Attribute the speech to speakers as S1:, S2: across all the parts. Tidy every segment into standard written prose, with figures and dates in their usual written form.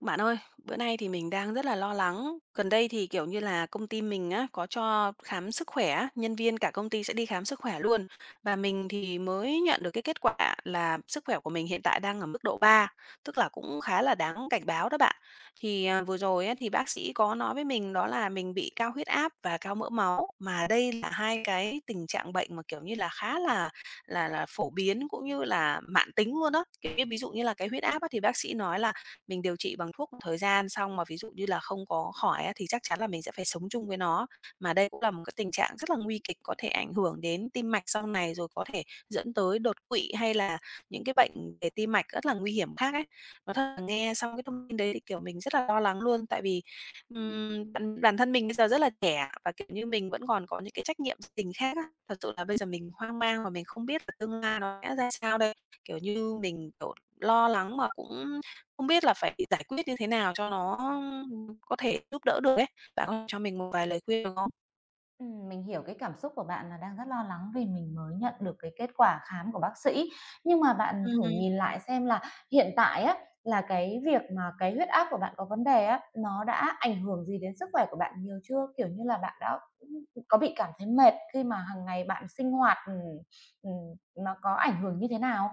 S1: Bạn ơi, bữa nay thì mình đang rất là lo lắng. Gần đây thì, kiểu như là, công ty mình á, có cho khám sức khỏe á, nhân viên cả công ty sẽ đi khám sức khỏe luôn. Và mình thì mới nhận được cái kết quả là sức khỏe của mình hiện tại đang ở mức độ ba, tức là cũng khá là đáng cảnh báo đó bạn. Thì, vừa rồi á, thì bác sĩ có nói với mình đó là mình bị cao huyết áp và cao mỡ máu, mà đây là hai cái tình trạng bệnh mà, kiểu như là, khá là phổ biến cũng như là mãn tính luôn đó. Kiểu như, ví dụ như là cái huyết áp á, thì bác sĩ nói là mình điều trị bằng thuốc một thời gian xong mà ví dụ như là không có khỏi á, thì chắc chắn là mình sẽ phải sống chung với nó. Mà đây cũng là một cái tình trạng rất là nguy kịch, có thể ảnh hưởng đến tim mạch sau này, rồi có thể dẫn tới đột quỵ hay là những cái bệnh về tim mạch rất là nguy hiểm khác ấy. Nói thật là nghe xong cái thông tin đấy thì, kiểu, mình rất là lo lắng luôn, tại vì, bản bản thân mình bây giờ rất là trẻ và, kiểu như, mình vẫn còn có những cái trách nhiệm gia đình khác á. Thật sự là bây giờ mình hoang mang và mình không biết là tương lai nó sẽ ra sao đây. Kiểu như, mình, kiểu, lo lắng mà cũng không biết là phải giải quyết như thế nào cho nó, có thể giúp đỡ được ấy. Bạn có cho mình một vài lời khuyên được không?
S2: Mình hiểu cái cảm xúc của bạn là đang rất lo lắng vì mình mới nhận được cái kết quả khám của bác sĩ. Nhưng mà bạn thử
S1: Ừm.
S2: nhìn lại xem là hiện tại á, là cái việc mà cái huyết áp của bạn có vấn đề á, nó đã ảnh hưởng gì đến sức khỏe của bạn nhiều chưa? Kiểu như là, bạn đã, có bị cảm thấy mệt khi mà hàng ngày bạn sinh hoạt, ừm, nó có ảnh hưởng như thế nào?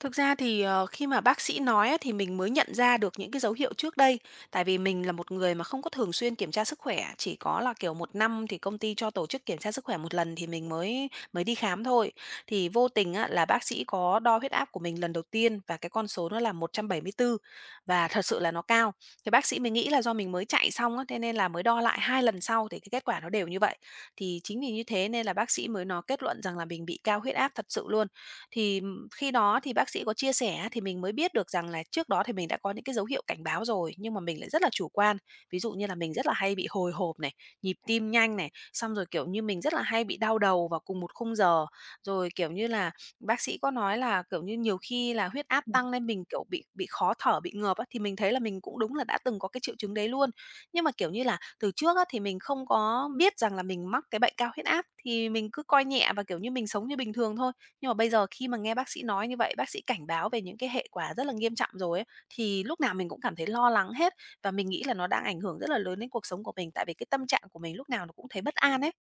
S1: Thực ra thì, khi mà bác sĩ nói á, thì mình mới nhận ra được những cái dấu hiệu trước đây. Tại vì mình là một người mà không có thường xuyên kiểm tra sức khỏe, chỉ có là, kiểu, một năm thì công ty cho tổ chức kiểm tra sức khỏe một lần thì mình mới mới đi khám thôi. Thì vô tình á, là bác sĩ có đo huyết áp của mình lần đầu tiên và cái con số nó là 174, và thật sự là nó cao. Thì bác sĩ mới nghĩ là do mình mới chạy xong á, thế nên là mới đo lại 2 lần sau thì cái kết quả nó đều như vậy. Thì chính vì như thế nên là bác sĩ mới nó kết luận rằng là mình bị cao huyết áp thật sự luôn. Thì khi đó thì bác sĩ có chia sẻ thì mình mới biết được rằng là trước đó thì mình đã có những cái dấu hiệu cảnh báo rồi, nhưng mà mình lại rất là chủ quan. Ví dụ như là mình rất là hay bị hồi hộp này, nhịp tim nhanh này, xong rồi, kiểu như, mình rất là hay bị đau đầu vào cùng một khung giờ. Rồi, kiểu như là, bác sĩ có nói là, kiểu như, nhiều khi là huyết áp tăng lên mình, kiểu, bị khó thở, bị ngợp á, thì mình thấy là mình cũng đúng là đã từng có cái triệu chứng đấy luôn. Nhưng mà, kiểu như là, từ trước á thì mình không có biết rằng là mình mắc cái bệnh cao huyết áp, thì mình cứ coi nhẹ và, kiểu như, mình sống như bình thường thôi. Nhưng mà bây giờ khi mà nghe bác sĩ nói như vậy, bác sĩ cảnh báo về những cái hệ quả rất là nghiêm trọng rồi ấy, thì lúc nào mình cũng cảm thấy lo lắng hết, và mình nghĩ là nó đang ảnh hưởng rất là lớn đến cuộc sống của mình, tại vì cái tâm trạng của mình lúc nào nó cũng thấy bất an ấy.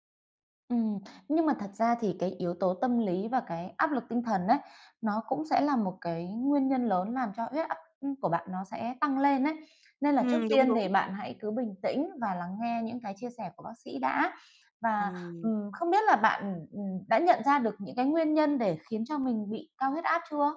S2: Ừ, nhưng mà thật ra thì cái yếu tố tâm lý và cái áp lực tinh thần ấy, nó cũng sẽ là một cái nguyên nhân lớn làm cho huyết áp, của bạn nó sẽ tăng lên ấy. Nên là trước
S1: Đúng,
S2: tiên
S1: đúng.
S2: thì bạn hãy cứ bình tĩnh và lắng nghe những cái chia sẻ của bác sĩ đã. Và,
S1: Ừm.
S2: không biết là bạn, đã nhận ra được những cái nguyên nhân để khiến cho mình bị cao huyết áp chưa?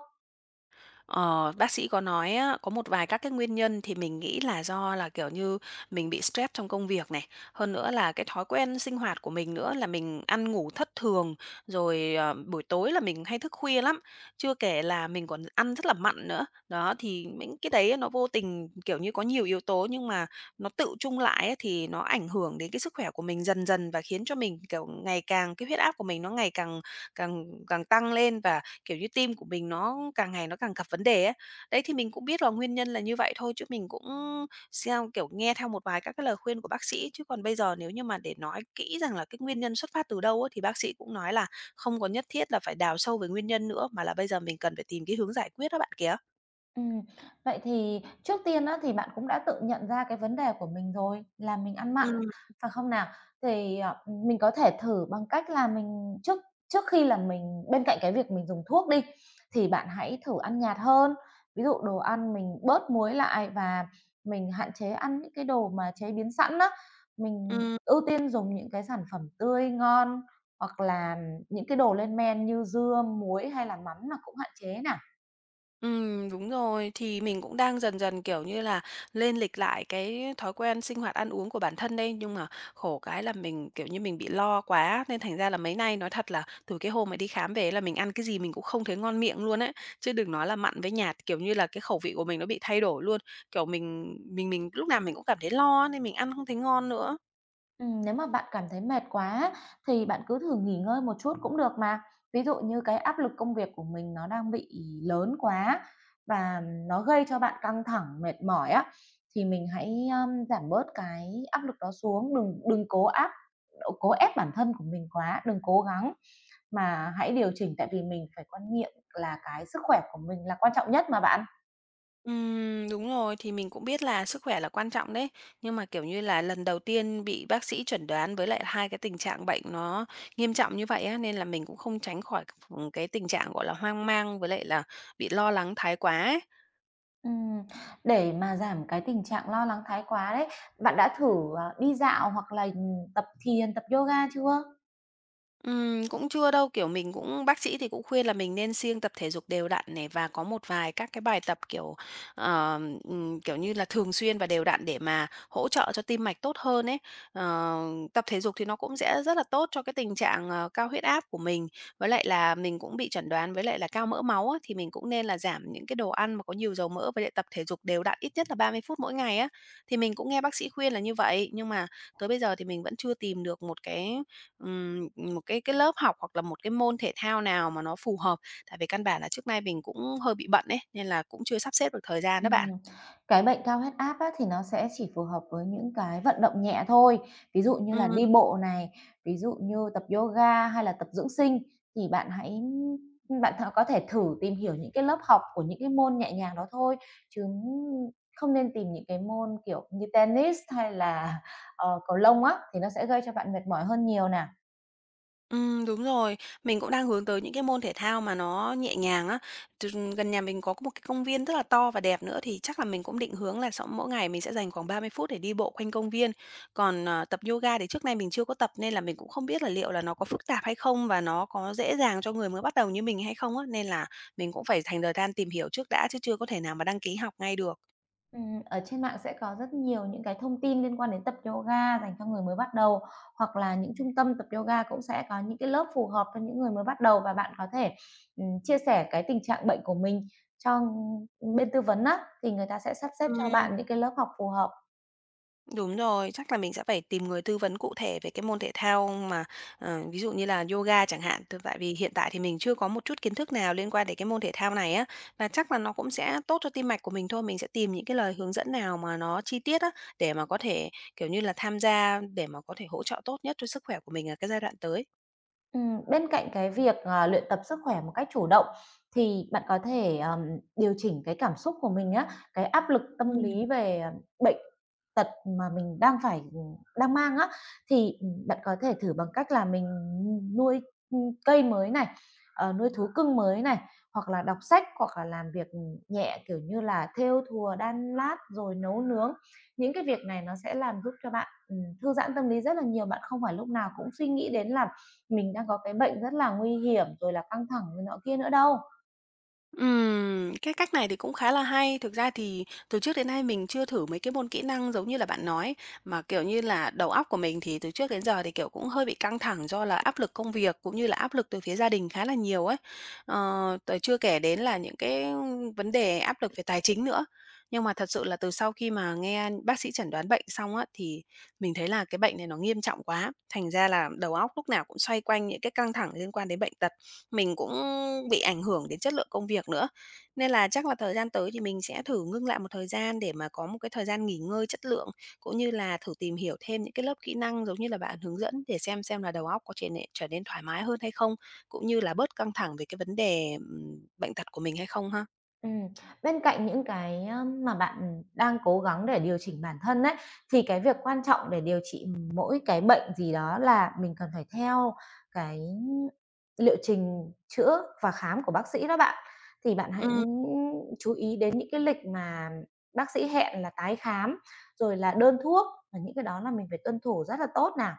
S1: Ờ, bác sĩ có nói á, có một vài các cái nguyên nhân thì mình nghĩ là do là, kiểu như, mình bị stress trong công việc này, hơn nữa là cái thói quen sinh hoạt của mình nữa là mình ăn ngủ thất thường, rồi, buổi tối là mình hay thức khuya lắm, chưa kể là mình còn ăn rất là mặn nữa. Đó, thì những cái đấy nó vô tình, kiểu như, có nhiều yếu tố nhưng mà nó tự chung lại á thì nó ảnh hưởng đến cái sức khỏe của mình dần dần và khiến cho mình, kiểu, ngày càng cái huyết áp của mình nó ngày càng càng càng tăng lên. Và kiểu như, tim của mình nó càng ngày nó càng gặp vấn đề ấy. Đấy, thì mình cũng biết là nguyên nhân là như vậy thôi chứ mình cũng sao, kiểu, nghe theo một vài các cái lời khuyên của bác sĩ, chứ còn bây giờ nếu như mà để nói kỹ rằng là cái nguyên nhân xuất phát từ đâu á, thì bác sĩ cũng nói là không có nhất thiết là phải đào sâu về nguyên nhân nữa, mà là bây giờ mình cần phải tìm cái hướng giải quyết đó bạn kia.
S2: Ừm, vậy thì trước tiên á, thì bạn cũng đã tự nhận ra cái vấn đề của mình rồi, là mình ăn mặn,
S1: Ừm,
S2: phải không nào? Thì, mình có thể thử bằng cách là mình trước trước khi là mình bên cạnh cái việc mình dùng thuốc đi, thì bạn hãy thử ăn nhạt hơn. Ví dụ đồ ăn mình bớt muối lại và mình hạn chế ăn những cái đồ mà chế biến sẵn á, mình
S1: ừm.
S2: ưu tiên dùng những cái sản phẩm tươi ngon, hoặc là những cái đồ lên men như dưa, muối hay là mắm là cũng hạn chế nè.
S1: Ừ, đúng rồi. Thì mình cũng đang dần dần, kiểu như là, lên lịch lại cái thói quen sinh hoạt ăn uống của bản thân đây, nhưng mà khổ cái là mình, kiểu như, mình bị lo quá nên thành ra là mấy nay nói thật là từ cái hôm mà đi khám về là mình ăn cái gì mình cũng không thấy ngon miệng luôn ấy, chứ đừng nói là mặn với nhạt. Kiểu như là, cái khẩu vị của mình nó bị thay đổi luôn, kiểu, mình lúc nào mình cũng cảm thấy lo nên mình ăn không thấy ngon nữa.
S2: Nếu mà bạn cảm thấy mệt quá thì bạn cứ thử nghỉ ngơi một chút cũng được mà. Ví dụ như cái áp lực công việc của mình nó đang bị lớn quá và nó gây cho bạn căng thẳng, mệt mỏi á, thì mình hãy, giảm bớt cái áp lực đó xuống, đừng đừng cố áp cố ép bản thân của mình quá, đừng cố gắng, mà hãy điều chỉnh tại vì mình phải quan niệm là cái sức khỏe của mình là quan trọng nhất mà bạn.
S1: Đúng rồi, thì mình cũng biết là sức khỏe là quan trọng đấy, nhưng mà, kiểu như là, lần đầu tiên bị bác sĩ chẩn đoán với lại 2 cái tình trạng bệnh nó nghiêm trọng như vậy á, nên là mình cũng không tránh khỏi cái tình trạng, gọi là, hoang mang với lại là bị lo lắng thái quá ấy.
S2: Ừm, để mà giảm cái tình trạng lo lắng thái quá đấy, bạn đã thử, đi dạo hoặc là, tập thiền, tập yoga chưa?
S1: Cũng chưa đâu, kiểu, mình cũng bác sĩ thì cũng khuyên là mình nên siêng tập thể dục đều đặn này và có một vài các cái bài tập, kiểu, ờ, kiểu như là, thường xuyên và đều đặn để mà hỗ trợ cho tim mạch tốt hơn ấy. Ờ, tập thể dục thì nó cũng sẽ rất là tốt cho cái tình trạng, cao huyết áp của mình, với lại là mình cũng bị chẩn đoán với lại là cao mỡ máu á, thì mình cũng nên là giảm những cái đồ ăn mà có nhiều dầu mỡ và lại tập thể dục đều đặn ít nhất là 30 phút mỗi ngày á. Thì mình cũng nghe bác sĩ khuyên là như vậy, nhưng mà tới bây giờ thì mình vẫn chưa tìm được một cái. Một cái lớp học hoặc là một cái môn thể thao nào mà nó phù hợp, tại vì căn bản là trước nay mình cũng hơi bị bận ấy, nên là cũng chưa sắp xếp được thời gian đó bạn.
S2: Ừm, cái bệnh cao huyết áp á, thì nó sẽ chỉ phù hợp với những cái vận động nhẹ thôi, ví dụ như là đi bộ này, ví dụ như tập yoga hay là tập dưỡng sinh, thì bạn hãy bạn th có thể thử tìm hiểu những cái lớp học của những cái môn nhẹ nhàng đó thôi, chứ không nên tìm những cái môn, kiểu, như tennis hay là, cầu lông á, thì nó sẽ gây cho bạn mệt mỏi hơn nhiều nè.
S1: Đúng rồi. Mình cũng đang hướng tới những cái môn thể thao mà nó nhẹ nhàng á. T Gần nhà mình có một cái công viên rất là to và đẹp nữa, thì chắc là mình cũng định hướng là sau mỗi ngày mình sẽ dành khoảng 30 phút để đi bộ quanh công viên. Còn, tập yoga thì trước nay mình chưa có tập nên là mình cũng không biết là liệu là nó có phức tạp hay không và nó có dễ dàng cho người mới bắt đầu như mình hay không á, nên là mình cũng phải dành thời gian tìm hiểu trước đã chứ chưa có thể nào mà đăng ký học ngay được.
S2: Ở trên mạng sẽ có rất nhiều những cái thông tin liên quan đến tập yoga dành cho người mới bắt đầu, hoặc là những trung tâm tập yoga cũng sẽ có những cái lớp phù hợp cho những người mới bắt đầu và bạn có thể, chia sẻ cái tình trạng bệnh của mình cho bên tư vấn á, thì người ta sẽ sắp xếp cho
S1: Ừm.
S2: bạn những cái lớp học phù hợp.
S1: Đúng rồi, chắc là mình sẽ phải tìm người tư vấn cụ thể về cái môn thể thao mà, ví dụ như là yoga chẳng hạn, tại vì hiện tại thì mình chưa có một chút kiến thức nào liên quan đến cái môn thể thao này á, và chắc là nó cũng sẽ tốt cho tim mạch của mình thôi. Mình sẽ tìm những cái lời hướng dẫn nào mà nó chi tiết á, để mà có thể, kiểu như là, tham gia để mà có thể hỗ trợ tốt nhất cho sức khỏe của mình ở cái giai đoạn tới.
S2: Bên cạnh cái việc, luyện tập sức khỏe một cách chủ động thì bạn có thể, điều chỉnh cái cảm xúc của mình á, cái áp lực tâm
S1: Ừm.
S2: lý về, bệnh tật mà mình đang phải đang mang á, thì, bạn có thể thử bằng cách là mình nuôi, cây mới này, nuôi thú cưng mới này, hoặc là đọc sách, hoặc là làm việc, nhẹ, kiểu như là, thêu thùa, đan lát rồi nấu nướng. Những cái việc này nó sẽ làm giúp cho bạn, thư giãn tâm lý rất là nhiều, bạn không phải lúc nào cũng suy nghĩ đến là mình đang có cái bệnh rất là nguy hiểm, rồi là căng thẳng rồi nọ kia nữa đâu.
S1: Cái cách này thì cũng khá là hay. Thực ra thì từ trước đến nay mình chưa thử mấy cái môn kỹ năng giống như là bạn nói, mà, kiểu như là, đầu óc của mình thì từ trước đến giờ thì, kiểu, cũng hơi bị căng thẳng do là áp lực công việc cũng như là áp lực từ phía gia đình khá là nhiều ấy. T chưa kể đến là những cái vấn đề áp lực về tài chính nữa. Nhưng mà thật sự là từ sau khi mà nghe bác sĩ chẩn đoán bệnh xong á, thì mình thấy là cái bệnh này nó nghiêm trọng quá, thành ra là đầu óc lúc nào cũng xoay quanh những cái căng thẳng liên quan đến bệnh tật. Mình cũng bị ảnh hưởng đến chất lượng công việc nữa, nên là chắc là thời gian tới thì mình sẽ thử ngưng lại một thời gian để mà có một cái thời gian nghỉ ngơi chất lượng, cũng như là thử tìm hiểu thêm những cái lớp kỹ năng giống như là bạn hướng dẫn để xem là đầu óc có trở nên thoải mái hơn hay không, cũng như là bớt căng thẳng về cái vấn đề, bệnh tật của mình hay không ha.
S2: Ừm, bên cạnh những cái, mà bạn đang cố gắng để điều chỉnh bản thân ấy, thì cái việc quan trọng để điều trị mỗi cái bệnh gì đó là mình cần phải theo cái liệu trình chữa và khám của bác sĩ đó bạn. Thì bạn hãy
S1: Ừm.
S2: chú ý đến những cái lịch mà bác sĩ hẹn là tái khám, rồi là đơn thuốc, và những cái đó là mình phải tuân thủ rất là tốt nà.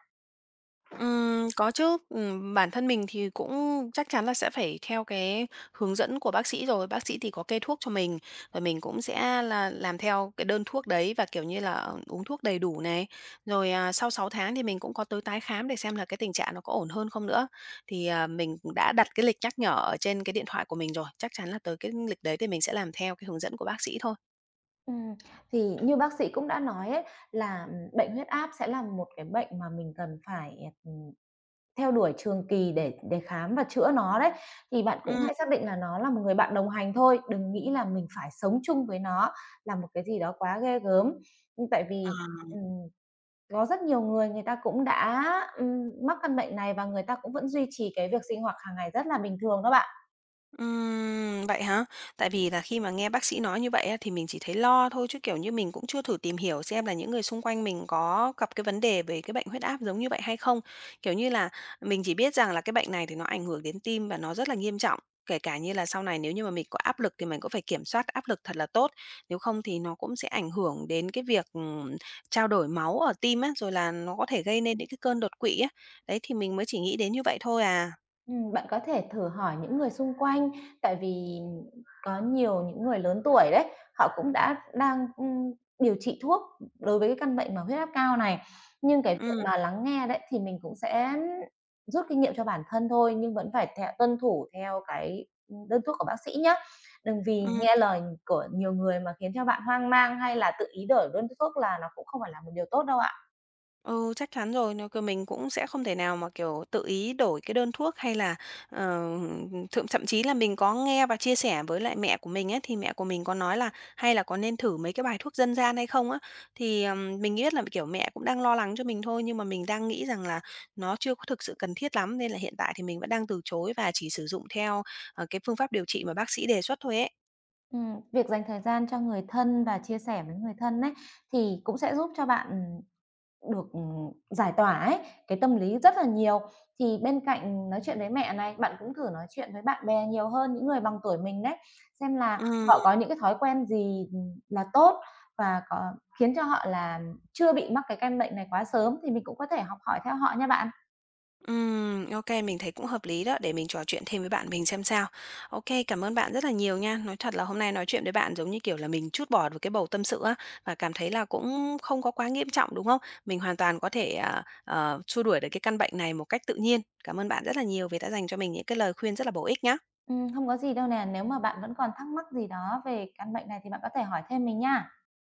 S1: Có chứ. Bản thân mình thì cũng chắc chắn là sẽ phải theo cái hướng dẫn của bác sĩ rồi, bác sĩ thì có kê thuốc cho mình, rồi mình cũng sẽ là làm theo cái đơn thuốc đấy và, kiểu như là, uống thuốc đầy đủ này. Rồi, sau 6 tháng thì mình cũng có tới tái khám để xem là cái tình trạng nó có ổn hơn không nữa. Thì, mình cũng đã đặt cái lịch nhắc nhở ở trên cái điện thoại của mình rồi, chắc chắn là tới cái lịch đấy thì mình sẽ làm theo cái hướng dẫn của bác sĩ thôi.
S2: Ừm, thì như bác sĩ cũng đã nói ấy, là, bệnh huyết áp sẽ là một cái bệnh mà mình cần phải, ừm, theo đuổi trường kỳ để khám và chữa nó đấy. Thì bạn cũng
S1: Ừm,
S2: hãy xác định là nó là một người bạn đồng hành thôi, đừng nghĩ là mình phải sống chung với nó là một cái gì đó quá ghê gớm. Nhưng tại
S1: ờ.
S2: vì, ừm, có rất nhiều người người ta cũng đã, mắc căn bệnh này và người ta cũng vẫn duy trì cái việc sinh hoạt hàng ngày rất là bình thường đó bạn.
S1: Vậy hả? Tại vì là khi mà nghe bác sĩ nói như vậy á, thì mình chỉ thấy lo thôi chứ, kiểu như, mình cũng chưa thử tìm hiểu xem là những người xung quanh mình có gặp cái vấn đề về cái bệnh huyết áp giống như vậy hay không. Kiểu như là, mình chỉ biết rằng là cái bệnh này thì nó ảnh hưởng đến tim và nó rất là nghiêm trọng, kể cả như là sau này nếu như mà mình có áp lực thì mình cũng phải kiểm soát áp lực thật là tốt, nếu không thì nó cũng sẽ ảnh hưởng đến cái việc, trao đổi máu ở tim á, rồi là nó có thể gây nên những cái cơn đột quỵ á. Đấy, thì mình mới chỉ nghĩ đến như vậy thôi à.
S2: Bạn có thể thử hỏi những người xung quanh, tại vì có nhiều những người lớn tuổi đấy, họ cũng đã đang, điều trị thuốc đối với cái căn bệnh mà huyết áp cao này. Nhưng cái việc
S1: Ừm,
S2: mà lắng nghe đấy thì mình cũng sẽ rút kinh nghiệm cho bản thân thôi, nhưng vẫn phải theo tuân thủ theo cái, đơn thuốc của bác sĩ nhé. Đừng vì
S1: ừm.
S2: nghe lời của nhiều người mà khiến cho bạn hoang mang hay là tự ý đổi đơn thuốc là nó cũng không phải là một điều tốt đâu ạ.
S1: Ừ, chắc chắn rồi, nếu, kiểu, mình cũng sẽ không thể nào mà, kiểu, tự ý đổi cái đơn thuốc hay là, ờ, thậm thậm chí là mình có nghe và chia sẻ với lại mẹ của mình ấy, thì mẹ của mình có nói là hay là có nên thử mấy cái bài thuốc dân gian hay không á. Thì, mình biết là, kiểu, mẹ cũng đang lo lắng cho mình thôi, nhưng mà mình đang nghĩ rằng là nó chưa có thực sự cần thiết lắm, nên là hiện tại thì mình vẫn đang từ chối và chỉ sử dụng theo, cái phương pháp điều trị mà bác sĩ đề xuất thôi ấy.
S2: Việc dành thời gian cho người thân và chia sẻ với người thân ấy, thì cũng sẽ giúp cho bạn, được, giải tỏa ấy, cái tâm lý rất là nhiều. Thì bên cạnh nói chuyện với mẹ này, bạn cũng thử nói chuyện với bạn bè nhiều hơn, những người bằng tuổi mình đấy, xem là
S1: Ừm.
S2: họ có những cái thói quen gì, là tốt và có khiến cho họ là chưa bị mắc cái căn bệnh này quá sớm, thì mình cũng có thể học hỏi theo họ nha bạn.
S1: OK, mình thấy cũng hợp lý đó, để mình trò chuyện thêm với bạn mình xem sao. OK, cảm ơn bạn rất là nhiều nha. Nói thật là hôm nay nói chuyện với bạn, giống như kiểu là, mình trút bỏ được cái bầu tâm sự á, và cảm thấy là cũng không có quá nghiêm trọng, đúng không? Mình hoàn toàn có thể, xua đuổi được cái căn bệnh này một cách tự nhiên. Cảm ơn bạn rất là nhiều vì đã dành cho mình những cái lời khuyên rất là bổ ích nhá.
S2: Không có gì đâu nè, nếu mà bạn vẫn còn thắc mắc gì đó về căn bệnh này thì bạn có thể hỏi thêm mình nha.